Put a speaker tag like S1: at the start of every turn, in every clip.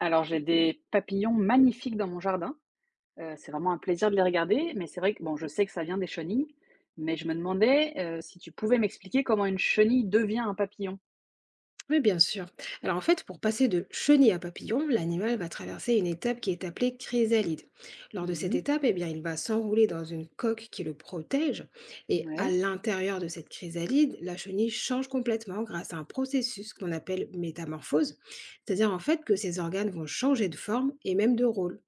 S1: Alors, j'ai des papillons magnifiques dans mon jardin. C'est vraiment un plaisir de les regarder, mais c'est vrai que bon, je sais que ça vient des chenilles, mais je me demandais, si tu pouvais m'expliquer comment une chenille devient un papillon?
S2: Oui, bien sûr. Alors en fait, pour passer de chenille à papillon, l'animal va traverser une étape qui est appelée chrysalide. Lors de cette
S1: Mmh.
S2: étape, eh bien, il va s'enrouler dans une coque qui le protège. Et à
S1: Ouais,
S2: l'intérieur de cette chrysalide, la chenille change complètement grâce à un processus qu'on appelle métamorphose. C'est-à-dire en fait que ses organes vont changer de forme et même de rôle.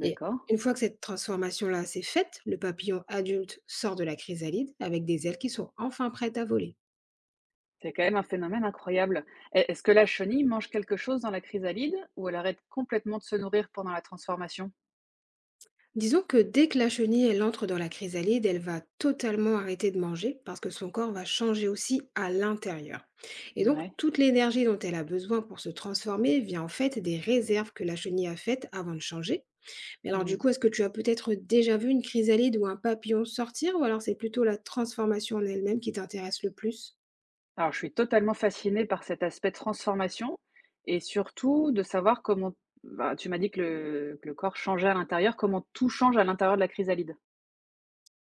S2: Et une fois que cette transformation-là s'est faite, le papillon adulte sort de la chrysalide avec des ailes qui sont enfin prêtes à voler.
S1: C'est quand même un phénomène incroyable. Est-ce que la chenille mange quelque chose dans la chrysalide ou elle arrête complètement de se nourrir pendant la transformation?
S2: Disons que dès que la chenille, elle entre dans la chrysalide, elle va totalement arrêter de manger parce que son corps va changer aussi à l'intérieur. Et donc,
S1: Ouais.
S2: toute l'énergie dont elle a besoin pour se transformer vient en fait des réserves que la chenille a faites avant de changer. Mais alors, du
S1: Mmh.
S2: coup, est-ce que tu as peut-être déjà vu une chrysalide ou un papillon sortir ou alors c'est plutôt la transformation en elle-même qui t'intéresse le plus?
S1: Alors, je suis totalement fascinée par cet aspect transformation et surtout de savoir comment bah, tu m'as dit que le corps changeait à l'intérieur, comment tout change à l'intérieur de la chrysalide?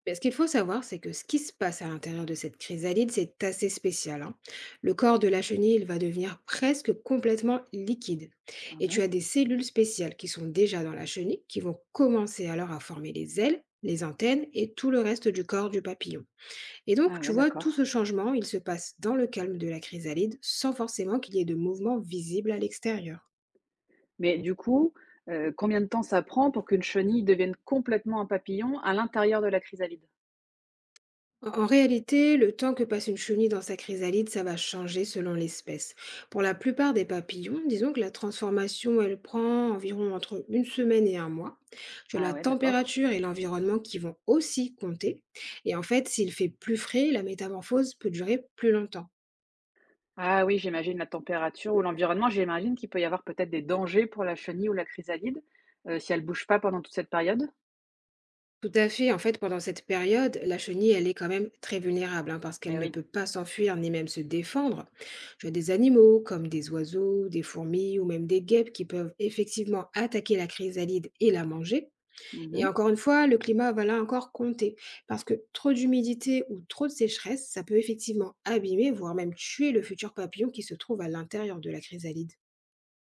S2: Mais ce qu'il faut savoir, c'est que ce qui se passe à l'intérieur de cette chrysalide, c'est assez spécial, hein. Le corps de la chenille, il va devenir presque complètement liquide.
S1: Ah
S2: Et
S1: bon?
S2: tu as des cellules spéciales qui sont déjà dans la chenille, qui vont commencer alors à former les ailes, les antennes et tout le reste du corps du papillon. Et donc,
S1: Ah
S2: tu
S1: ouais,
S2: vois, tout
S1: d'accord.
S2: ce changement, il se passe dans le calme de la chrysalide, sans forcément qu'il y ait de mouvement visible à l'extérieur.
S1: Mais du coup, combien de temps ça prend pour qu'une chenille devienne complètement un papillon à l'intérieur de la chrysalide?
S2: En réalité, le temps que passe une chenille dans sa chrysalide, ça va changer selon l'espèce. Pour la plupart des papillons, disons que la transformation, elle prend environ entre une semaine et un mois. Tu as
S1: Ah
S2: la
S1: ouais, d'accord.
S2: température et l'environnement qui vont aussi compter. Et en fait, s'il fait plus frais, la métamorphose peut durer plus longtemps.
S1: Ah oui, j'imagine la température ou l'environnement, j'imagine qu'il peut y avoir peut-être des dangers pour la chenille ou la chrysalide, si elle bouge pas pendant toute cette période?
S2: Tout à fait. En fait, pendant cette période, la chenille, elle est quand même très vulnérable, hein, parce qu'elle
S1: Eh
S2: ne
S1: oui.
S2: peut pas s'enfuir ni même se défendre. Tu as des animaux comme des oiseaux, des fourmis ou même des guêpes qui peuvent effectivement attaquer la chrysalide et la manger. Et
S1: Mmh.
S2: encore une fois, le climat va là encore compter parce que trop d'humidité ou trop de sécheresse, ça peut effectivement abîmer, voire même tuer le futur papillon qui se trouve à l'intérieur de la chrysalide.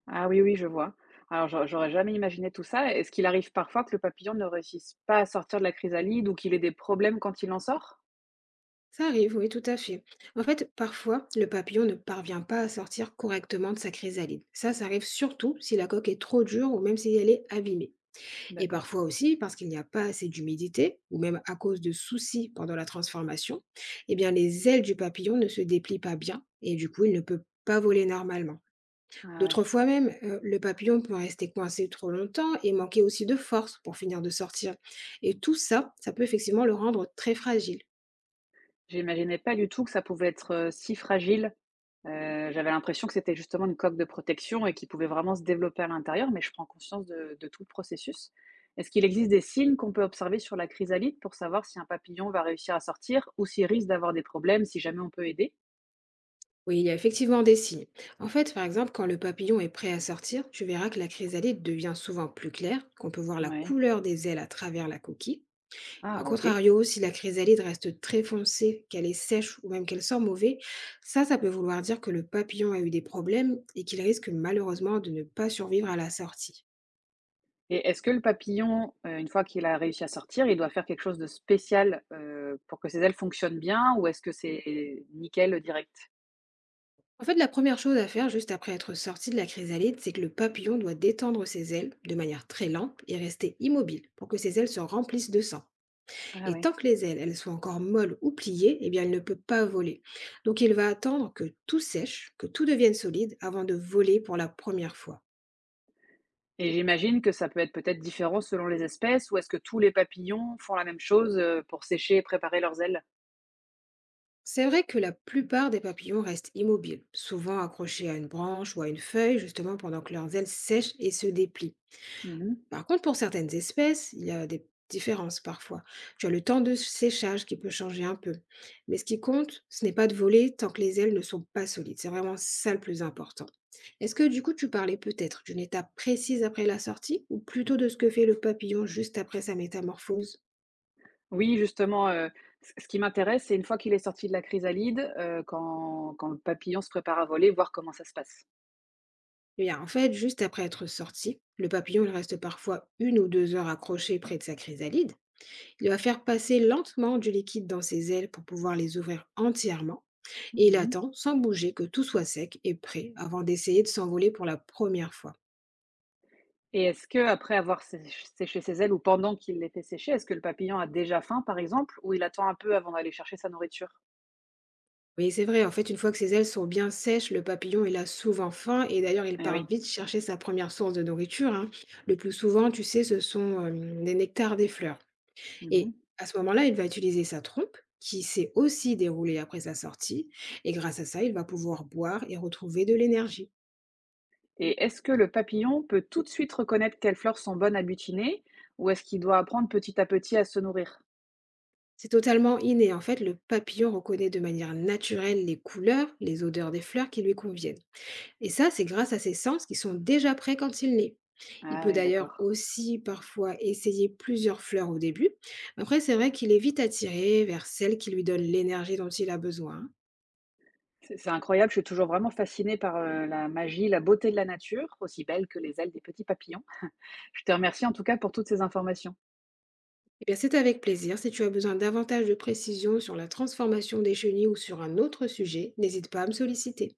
S1: Ah oui, oui, je vois. Alors j'aurais jamais imaginé tout ça. Est-ce qu'il arrive parfois que le papillon ne réussisse pas à sortir de la chrysalide ou qu'il ait des problèmes quand il en sort?
S2: Ça arrive, oui, tout à fait. En fait, parfois, le papillon ne parvient pas à sortir correctement de sa chrysalide. Ça arrive surtout si la coque est trop dure ou même si elle est abîmée. Et
S1: D'accord.
S2: parfois aussi parce qu'il n'y a pas assez d'humidité ou même à cause de soucis pendant la transformation, eh bien les ailes du papillon ne se déplient pas bien et du coup, il ne peut pas voler normalement.
S1: Ah ouais.
S2: D'autres fois même, le papillon peut rester coincé trop longtemps et manquer aussi de force pour finir de sortir. Et tout ça, ça peut effectivement le rendre très fragile.
S1: J'imaginais pas du tout que ça pouvait être, si fragile. J'avais l'impression que c'était justement une coque de protection et qu'il pouvait vraiment se développer à l'intérieur, mais je prends conscience de tout le processus. Est-ce qu'il existe des signes qu'on peut observer sur la chrysalide pour savoir si un papillon va réussir à sortir ou s'il risque d'avoir des problèmes, si jamais on peut aider?
S2: Oui, il y a effectivement des signes. En fait, par exemple, quand le papillon est prêt à sortir, tu verras que la chrysalide devient souvent plus claire, qu'on peut voir la
S1: Ouais.
S2: couleur des ailes à travers la coquille. A
S1: Ah OK.
S2: contrario, si la chrysalide reste très foncée, qu'elle est sèche ou même qu'elle sent mauvais, ça peut vouloir dire que le papillon a eu des problèmes et qu'il risque malheureusement de ne pas survivre à la sortie.
S1: Et est-ce que le papillon, une fois qu'il a réussi à sortir, il doit faire quelque chose de spécial, pour que ses ailes fonctionnent bien ou est-ce que c'est nickel, direct?
S2: En fait, la première chose à faire juste après être sorti de la chrysalide, c'est que le papillon doit détendre ses ailes de manière très lente et rester immobile pour que ses ailes se remplissent de sang.
S1: Ah
S2: Et tant
S1: ouais,
S2: que les ailes, elles sont encore molles ou pliées, eh bien, elle ne peut pas voler. Donc, il va attendre que tout sèche, que tout devienne solide avant de voler pour la première fois.
S1: et j'imagine que ça peut être peut-être différent selon les espèces ou est-ce que tous les papillons font la même chose, pour sécher et préparer leurs ailes?
S2: C'est vrai que la plupart des papillons restent immobiles, souvent accrochés à une branche ou à une feuille, justement pendant que leurs ailes sèchent et se déplient.
S1: Mmh.
S2: Par contre, pour certaines espèces, il y a des différences parfois. Tu as le temps de séchage qui peut changer un peu. Mais ce qui compte, ce n'est pas de voler tant que les ailes ne sont pas solides. C'est vraiment ça le plus important. Est-ce que du coup tu parlais peut-être d'une étape précise après la sortie ou plutôt de ce que fait le papillon juste après sa métamorphose?
S1: Oui, justement, ce qui m'intéresse, c'est une fois qu'il est sorti de la chrysalide, quand le papillon se prépare à voler, voir comment ça se passe.
S2: Eh bien, en fait, juste après être sorti, le papillon il reste parfois une ou deux heures accroché près de sa chrysalide. Il va faire passer lentement du liquide dans ses ailes pour pouvoir les ouvrir entièrement et il
S1: Mmh.
S2: attend sans bouger que tout soit sec et prêt avant d'essayer de s'envoler pour la première fois.
S1: Et est-ce que après avoir sé séché ses ailes ou pendant qu'il les fait sécher, est-ce que le papillon a déjà faim, par exemple, ou il attend un peu avant d'aller chercher sa nourriture?
S2: Oui, c'est vrai. En fait, une fois que ses ailes sont bien sèches, le papillon, il a souvent faim et d'ailleurs, il
S1: Eh
S2: part
S1: oui.
S2: vite chercher sa première source de nourriture, hein. Le plus souvent, tu sais, ce sont les nectars des fleurs.
S1: Mmh.
S2: Et à ce moment-là, il va utiliser sa trompe qui s'est aussi déroulée après sa sortie. Et grâce à ça, il va pouvoir boire et retrouver de l'énergie.
S1: Et est-ce que le papillon peut tout de suite reconnaître quelles fleurs sont bonnes à butiner ou est-ce qu'il doit apprendre petit à petit à se nourrir?
S2: C'est totalement inné. En fait, le papillon reconnaît de manière naturelle les couleurs, les odeurs des fleurs qui lui conviennent. Et ça, c'est grâce à ses sens qui sont déjà prêts quand il naît. Il
S1: Ah
S2: peut
S1: oui,
S2: d'ailleurs
S1: d'accord.
S2: aussi parfois essayer plusieurs fleurs au début. Après, c'est vrai qu'il est vite attiré vers celle qui lui donne l'énergie dont il a besoin.
S1: C'est incroyable, je suis toujours vraiment fascinée par, la magie, la beauté de la nature, aussi belle que les ailes des petits papillons. Je te remercie en tout cas pour toutes ces informations.
S2: Eh bien, c'est avec plaisir. Si tu as besoin davantage de précision sur la transformation des chenilles ou sur un autre sujet, n'hésite pas à me solliciter.